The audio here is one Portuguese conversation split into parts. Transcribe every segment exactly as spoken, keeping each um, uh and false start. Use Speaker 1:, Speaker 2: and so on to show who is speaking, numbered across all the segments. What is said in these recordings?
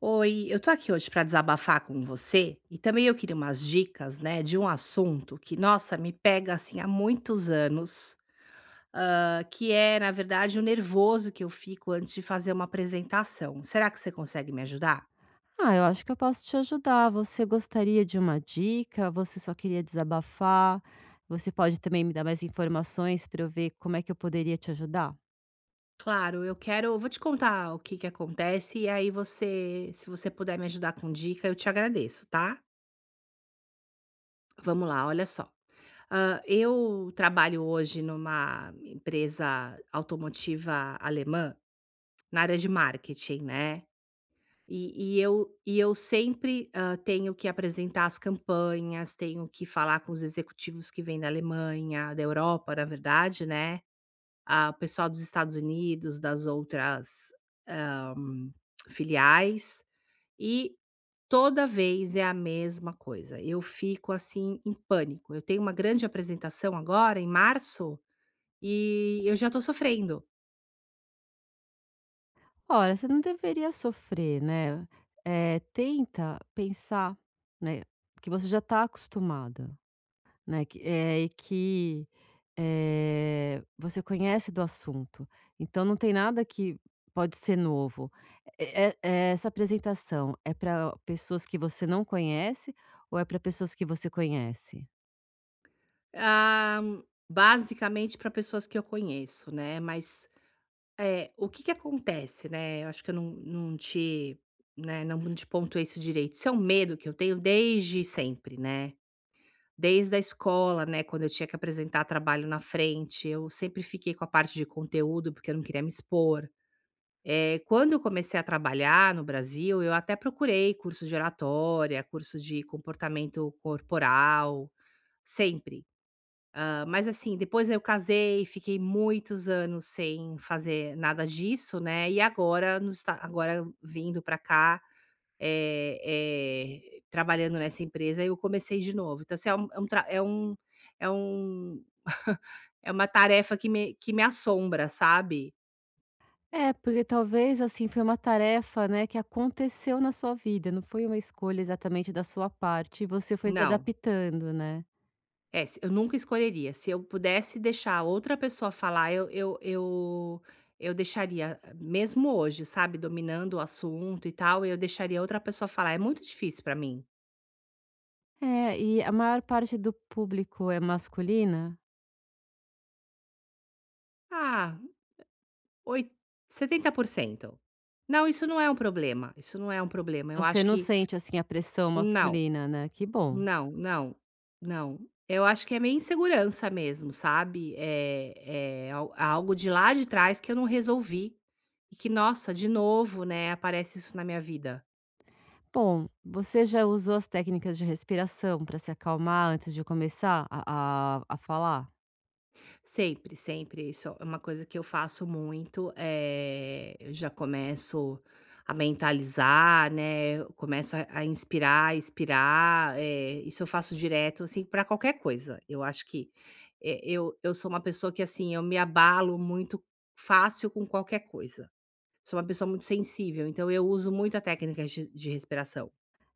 Speaker 1: Oi, eu tô aqui hoje pra desabafar com você e também eu queria umas dicas, né, de um assunto que, nossa, me pega assim há muitos anos, hã, que é, na verdade, o nervoso que eu fico antes de fazer uma apresentação. Será que você consegue me ajudar?
Speaker 2: Ah, eu acho que eu posso te ajudar. Você gostaria de uma dica? Você só queria desabafar? Você pode também me dar mais informações para eu ver como é que eu poderia te ajudar?
Speaker 1: Claro, eu quero vou te contar o que que acontece e aí você se você puder me ajudar com dica, eu te agradeço, tá? Vamos lá, olha só. Hã, eu trabalho hoje numa empresa automotiva alemã na área de marketing, né. E e eu e eu sempre, hã, tenho que apresentar as campanhas, tenho que falar com os executivos que vêm da Alemanha, da Europa, na verdade, né, ah, o pessoal dos Estados Unidos, das outras, hã, filiais, e toda vez é a mesma coisa. Eu fico, assim, em pânico. Eu tenho uma grande apresentação agora em março, e eu já estou sofrendo.
Speaker 2: Ora, você não deveria sofrer, né? Eh, tenta pensar, né, que você já está acostumada. Né, que é, e que, eh, você conhece do assunto, então não tem nada que pode ser novo. Eh eh, essa apresentação é para pessoas que você não conhece ou é para pessoas que você conhece?
Speaker 1: Ah, basicamente para pessoas que eu conheço, né, mas, eh, o que que acontece, né, eu acho que eu não não te né, não te pontuei isso direito. Isso é um medo que eu tenho desde sempre, né, desde a escola, né, quando eu tinha que apresentar trabalho na frente, eu sempre fiquei com a parte de conteúdo, porque eu não queria me expor. Eh, quando eu comecei a trabalhar no Brasil, eu até procurei curso de oratória, curso de comportamento corporal, sempre. Ah, mas assim, depois eu casei, fiquei muitos anos sem fazer nada disso, né, e agora nos Esta agora vindo para cá, eh eh, trabalhando nessa empresa, eu comecei de novo. Então assim, é um é um tra é um é um é uma tarefa que me que me assombra, sabe.
Speaker 2: É, porque talvez, assim, foi uma tarefa, né, que aconteceu na sua vida, não foi uma escolha exatamente da sua parte e você foi se
Speaker 1: Não.
Speaker 2: adaptando, né.
Speaker 1: É, se eu nunca escolheria. Se eu pudesse deixar outra pessoa falar, eu eu eu eu deixaria, mesmo hoje, sabe, dominando o assunto e tal, eu deixaria outra pessoa falar. É muito difícil pra mim.
Speaker 2: É, e a maior parte do público é masculina?
Speaker 1: Ah, oit- setenta por cento? Não, isso não é um problema, isso não é um problema. Eu
Speaker 2: Você
Speaker 1: acho
Speaker 2: não
Speaker 1: que
Speaker 2: sente, assim, a pressão
Speaker 1: não.
Speaker 2: masculina, né, que bom.
Speaker 1: Não, não, não. Eu acho que é meio insegurança mesmo, sabe? É, é al- algo de lá de trás que eu não resolvi. E que, nossa, de novo, né, aparece isso na minha vida.
Speaker 2: Bom, você já usou as técnicas de respiração para se acalmar antes de começar a a a falar?
Speaker 1: Sempre, sempre. Isso é uma coisa que eu faço muito. Eh, eu já começo a mentalizar, né? Eu começo a, a inspirar, expirar. Eh, isso eu faço direto, assim, para qualquer coisa. Eu acho que eh, eu, eu sou uma pessoa que, assim, eu me abalo muito fácil com qualquer coisa. Sou uma pessoa muito sensível, então eu uso muita técnica de de respiração.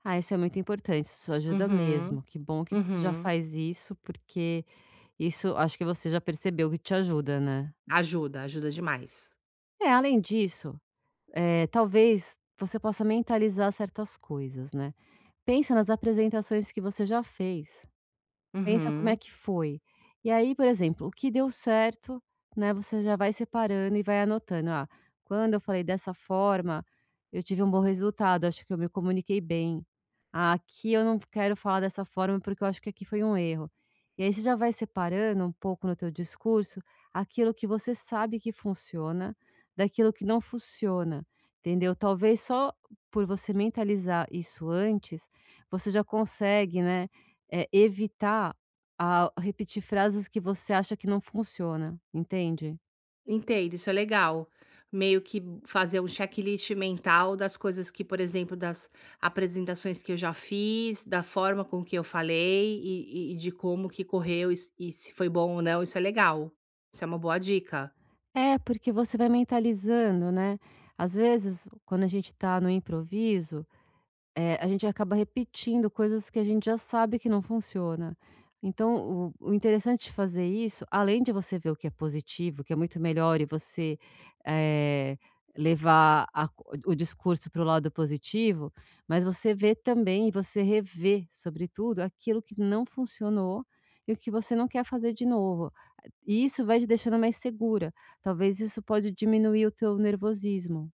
Speaker 2: Ah, isso é muito importante, isso ajuda
Speaker 1: Uhum,
Speaker 2: mesmo, que bom que você já
Speaker 1: uhum.
Speaker 2: faz isso, porque isso acho que você já percebeu que te ajuda, né.
Speaker 1: Ajuda, ajuda demais.
Speaker 2: É, além disso, eh, talvez você possa mentalizar certas coisas, né. Pensa nas apresentações que você já fez. Pensa como é
Speaker 1: Uhum.
Speaker 2: que foi. E aí, por exemplo, o que deu certo, né, você já vai separando e vai anotando: "Ah, quando eu falei dessa forma, eu tive um bom resultado, acho que eu me comuniquei bem. Ah, aqui eu não quero falar dessa forma, porque eu acho que aqui foi um erro". E aí você já vai separando um pouco no teu discurso aquilo que você sabe que funciona, daquilo que não funciona, entendeu? Talvez só por você mentalizar isso antes, você já consegue, né, eh, evitar a repetir frases que você acha que não funciona, entende?
Speaker 1: Entendo, isso é legal. Meio que fazer um checklist mental das coisas que, por exemplo, das apresentações que eu já fiz, da forma com que eu falei e, e- e de como que correu e, s- e se foi bom ou não, isso é legal. Isso é uma boa dica.
Speaker 2: É, porque você vai mentalizando, né. Às vezes, quando a gente tá no improviso, Eh, a gente acaba repetindo coisas que a gente já sabe que não funciona. Então, o o interessante de fazer isso, além de você ver o que é positivo, que é muito melhor e você, eh, levar a co o discurso para o lado positivo, mas você vê também e você rever, sobretudo, aquilo que não funcionou e o que você não quer fazer de novo. E isso vai te deixando mais segura. Talvez isso pode diminuir o teu nervosismo.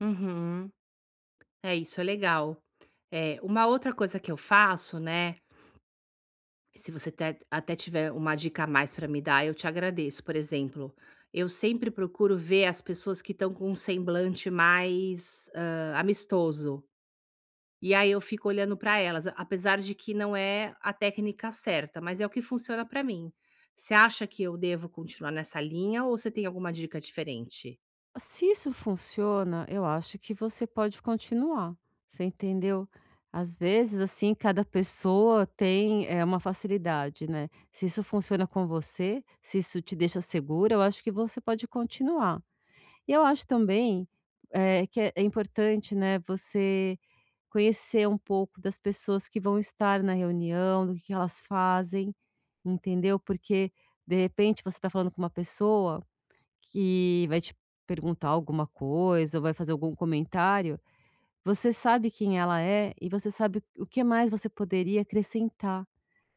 Speaker 1: Uhum. É, isso é legal. É, uma outra coisa que eu faço, né? Se você te até tiver uma dica a mais para me dar, eu te agradeço. Por exemplo, eu sempre procuro ver as pessoas que estão com um semblante mais, hã, amistoso. E aí eu fico olhando para elas, a- apesar de que não é a técnica certa, mas é o que funciona para mim. Você acha que eu devo continuar nessa linha ou você tem alguma dica diferente?
Speaker 2: Se isso funciona, eu acho que você pode continuar, você entendeu? Às vezes, assim, cada pessoa tem, é uma facilidade, né. Se isso funciona com você, se isso te deixa segura, eu acho que você pode continuar. E eu acho também, é que é é importante, né, você conhecer um pouco das pessoas que vão estar na reunião, do que que elas fazem, entendeu? Porque, de repente, você está falando com uma pessoa que vai te perguntar alguma coisa ou vai fazer algum comentário, você sabe quem ela é e você sabe o que mais você poderia acrescentar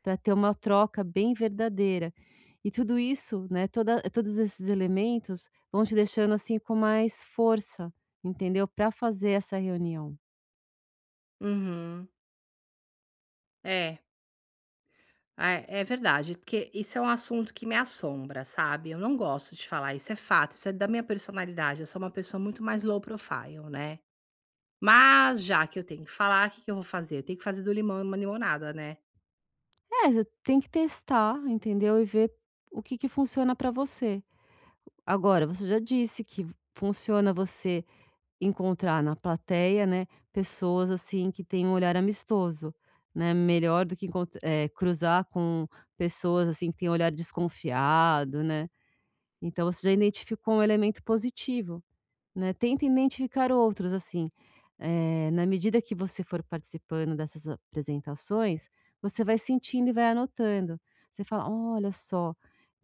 Speaker 2: para ter uma troca bem verdadeira. E tudo isso, né, toda, todos esses elementos vão te deixando assim com mais força, entendeu? Para fazer essa reunião.
Speaker 1: Uhum. É. Ah, é, é verdade, porque isso é um assunto que me assombra, sabe? Eu não gosto de falar, isso é fato, isso é da minha personalidade. Eu sou uma pessoa muito mais low profile, né? Mas já que eu tenho que falar, o que que eu vou fazer? Eu tenho que fazer do limão uma limonada, né?
Speaker 2: É, você tem que testar, entendeu? E ver o que, que funciona para você. Agora, você já disse que funciona você encontrar na plateia, né, pessoas, assim, que têm um olhar amistoso, né, melhor do que encont eh, cruzar com pessoas, assim, que têm um olhar desconfiado, né. Então você já identificou um elemento positivo. Né, tenta identificar outros, assim, eh, na medida que você for participando dessas apresentações, você vai sentindo e vai anotando. Você fala: "Olha só,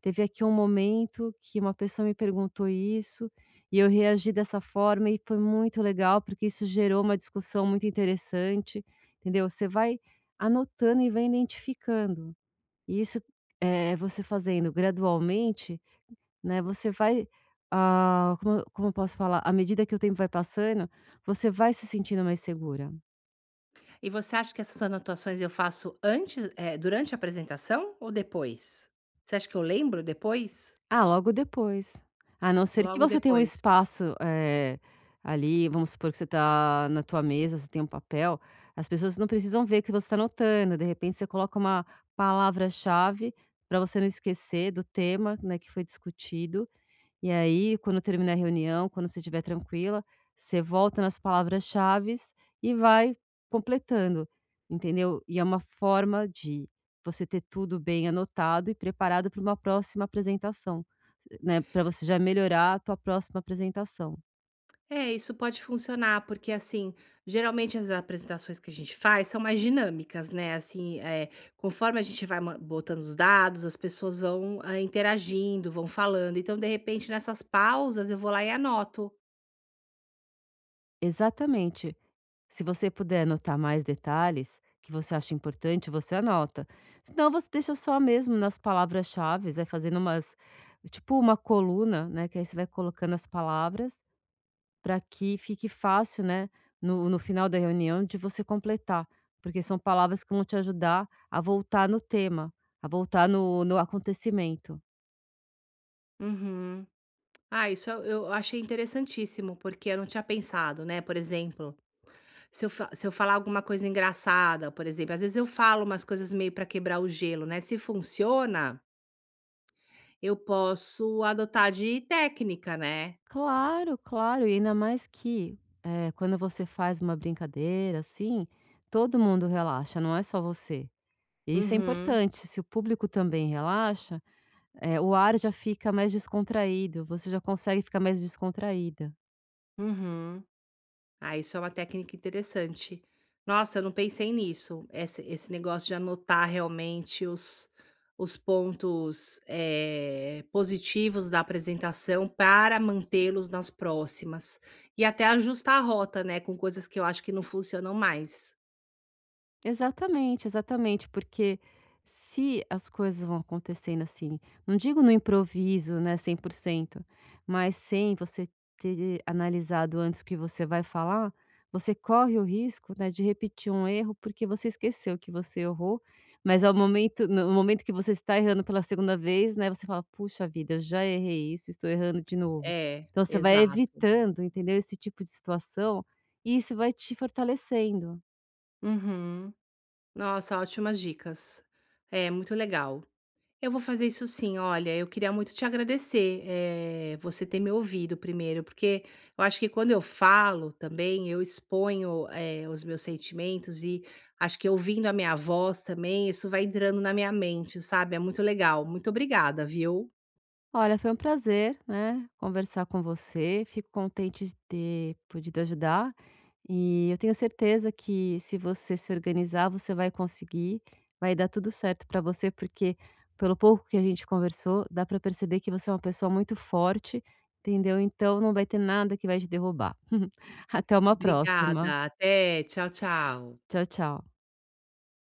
Speaker 2: teve aqui um momento que uma pessoa me perguntou isso e eu reagi dessa forma e foi muito legal, porque isso gerou uma discussão muito interessante", entendeu? Você vai anotando e vai identificando. E isso, é você fazendo gradualmente, né, você vai, ah, como eu- como eu posso falar? À medida que o tempo vai passando, você vai se sentindo mais segura.
Speaker 1: E você acha que essas anotações eu faço antes, é, durante a apresentação ou depois? Você acha que eu lembro depois?
Speaker 2: Ah, logo depois. A não ser que
Speaker 1: Logo
Speaker 2: você tenha um
Speaker 1: depois.
Speaker 2: espaço, eh, ali, vamos supor que você está na tua mesa, você tem um papel, as pessoas não precisam ver que você está anotando, de repente você coloca uma palavra-chave para você não esquecer do tema, né, que foi discutido. E aí, quando terminar a reunião, quando você estiver tranquila, você volta nas palavras-chaves e vai completando, entendeu? E é uma forma de você ter tudo bem anotado e preparado para uma próxima apresentação, né, para você já melhorar a tua próxima apresentação.
Speaker 1: É, isso pode funcionar, porque assim, geralmente as apresentações que a gente faz são mais dinâmicas, né? Assim, é, conforme a gente vai ma- botando os dados, as pessoas vão ah, interagindo, vão falando. Então, de repente, nessas pausas, eu vou lá e anoto.
Speaker 2: Exatamente. Se você puder anotar mais detalhes que você acha importante, você anota. Senão você deixa só mesmo nas palavras-chaves, vai fazendo umas tipo uma coluna, né, que aí você vai colocando as palavras para que fique fácil, né, no, no final da reunião de você completar, porque são palavras que vão te ajudar a voltar no tema, a voltar no, no acontecimento.
Speaker 1: Uhum. Ah, isso eu eu achei interessantíssimo, porque eu não tinha pensado, né? Por exemplo, se eu, fa- se eu falar alguma coisa engraçada, por exemplo, às vezes eu falo umas coisas meio para quebrar o gelo, né? Se funciona, eu posso adotar de técnica, né?
Speaker 2: Claro, claro, e ainda mais que eh, quando você faz uma brincadeira assim, todo mundo relaxa, não é só você. E isso é
Speaker 1: Uhum,
Speaker 2: importante, se o público também relaxa, eh, o ar já fica mais descontraído, você já consegue ficar mais descontraída.
Speaker 1: uhum. Ah, isso é uma técnica interessante. Nossa, eu não pensei nisso. Esse, esse negócio de anotar realmente os, os pontos eh, positivos da apresentação para mantê-los nas próximas. E até ajustar a rota, né? Com coisas que eu acho que não funcionam mais.
Speaker 2: Exatamente, exatamente, porque se as coisas vão acontecendo assim, não digo no improviso, né, cem por cento, mas sem você ter analisado antes o que você vai falar, você corre o risco, né, de repetir um erro, porque você esqueceu que você errou, mas ao momento no momento que você está errando pela segunda vez, né, você fala: "Puxa vida, eu já errei isso, estou errando de novo".
Speaker 1: É,
Speaker 2: Então você vai
Speaker 1: exato.
Speaker 2: evitando, entendeu, esse tipo de situação, e isso vai te fortalecendo.
Speaker 1: Uhum. Nossa, ótimas dicas. É, muito legal. Eu vou fazer isso sim. Olha, eu queria muito te agradecer, eh, você ter me ouvido primeiro, porque eu acho que quando eu falo também, eu exponho, eh, os meus sentimentos e acho que ouvindo a minha voz também, isso vai entrando na minha mente, sabe? É muito legal. Muito obrigada, viu?
Speaker 2: Olha, foi um prazer, né, conversar com você. Fico contente de ter podido ajudar e eu tenho certeza que se você se organizar, você vai conseguir, vai dar tudo certo para você, porque pelo pouco que a gente conversou, dá para perceber que você é uma pessoa muito forte, entendeu? Então não vai ter nada que vai te derrubar. Até uma próxima.
Speaker 1: Obrigada. Até. Tchau, tchau.
Speaker 2: Tchau, tchau.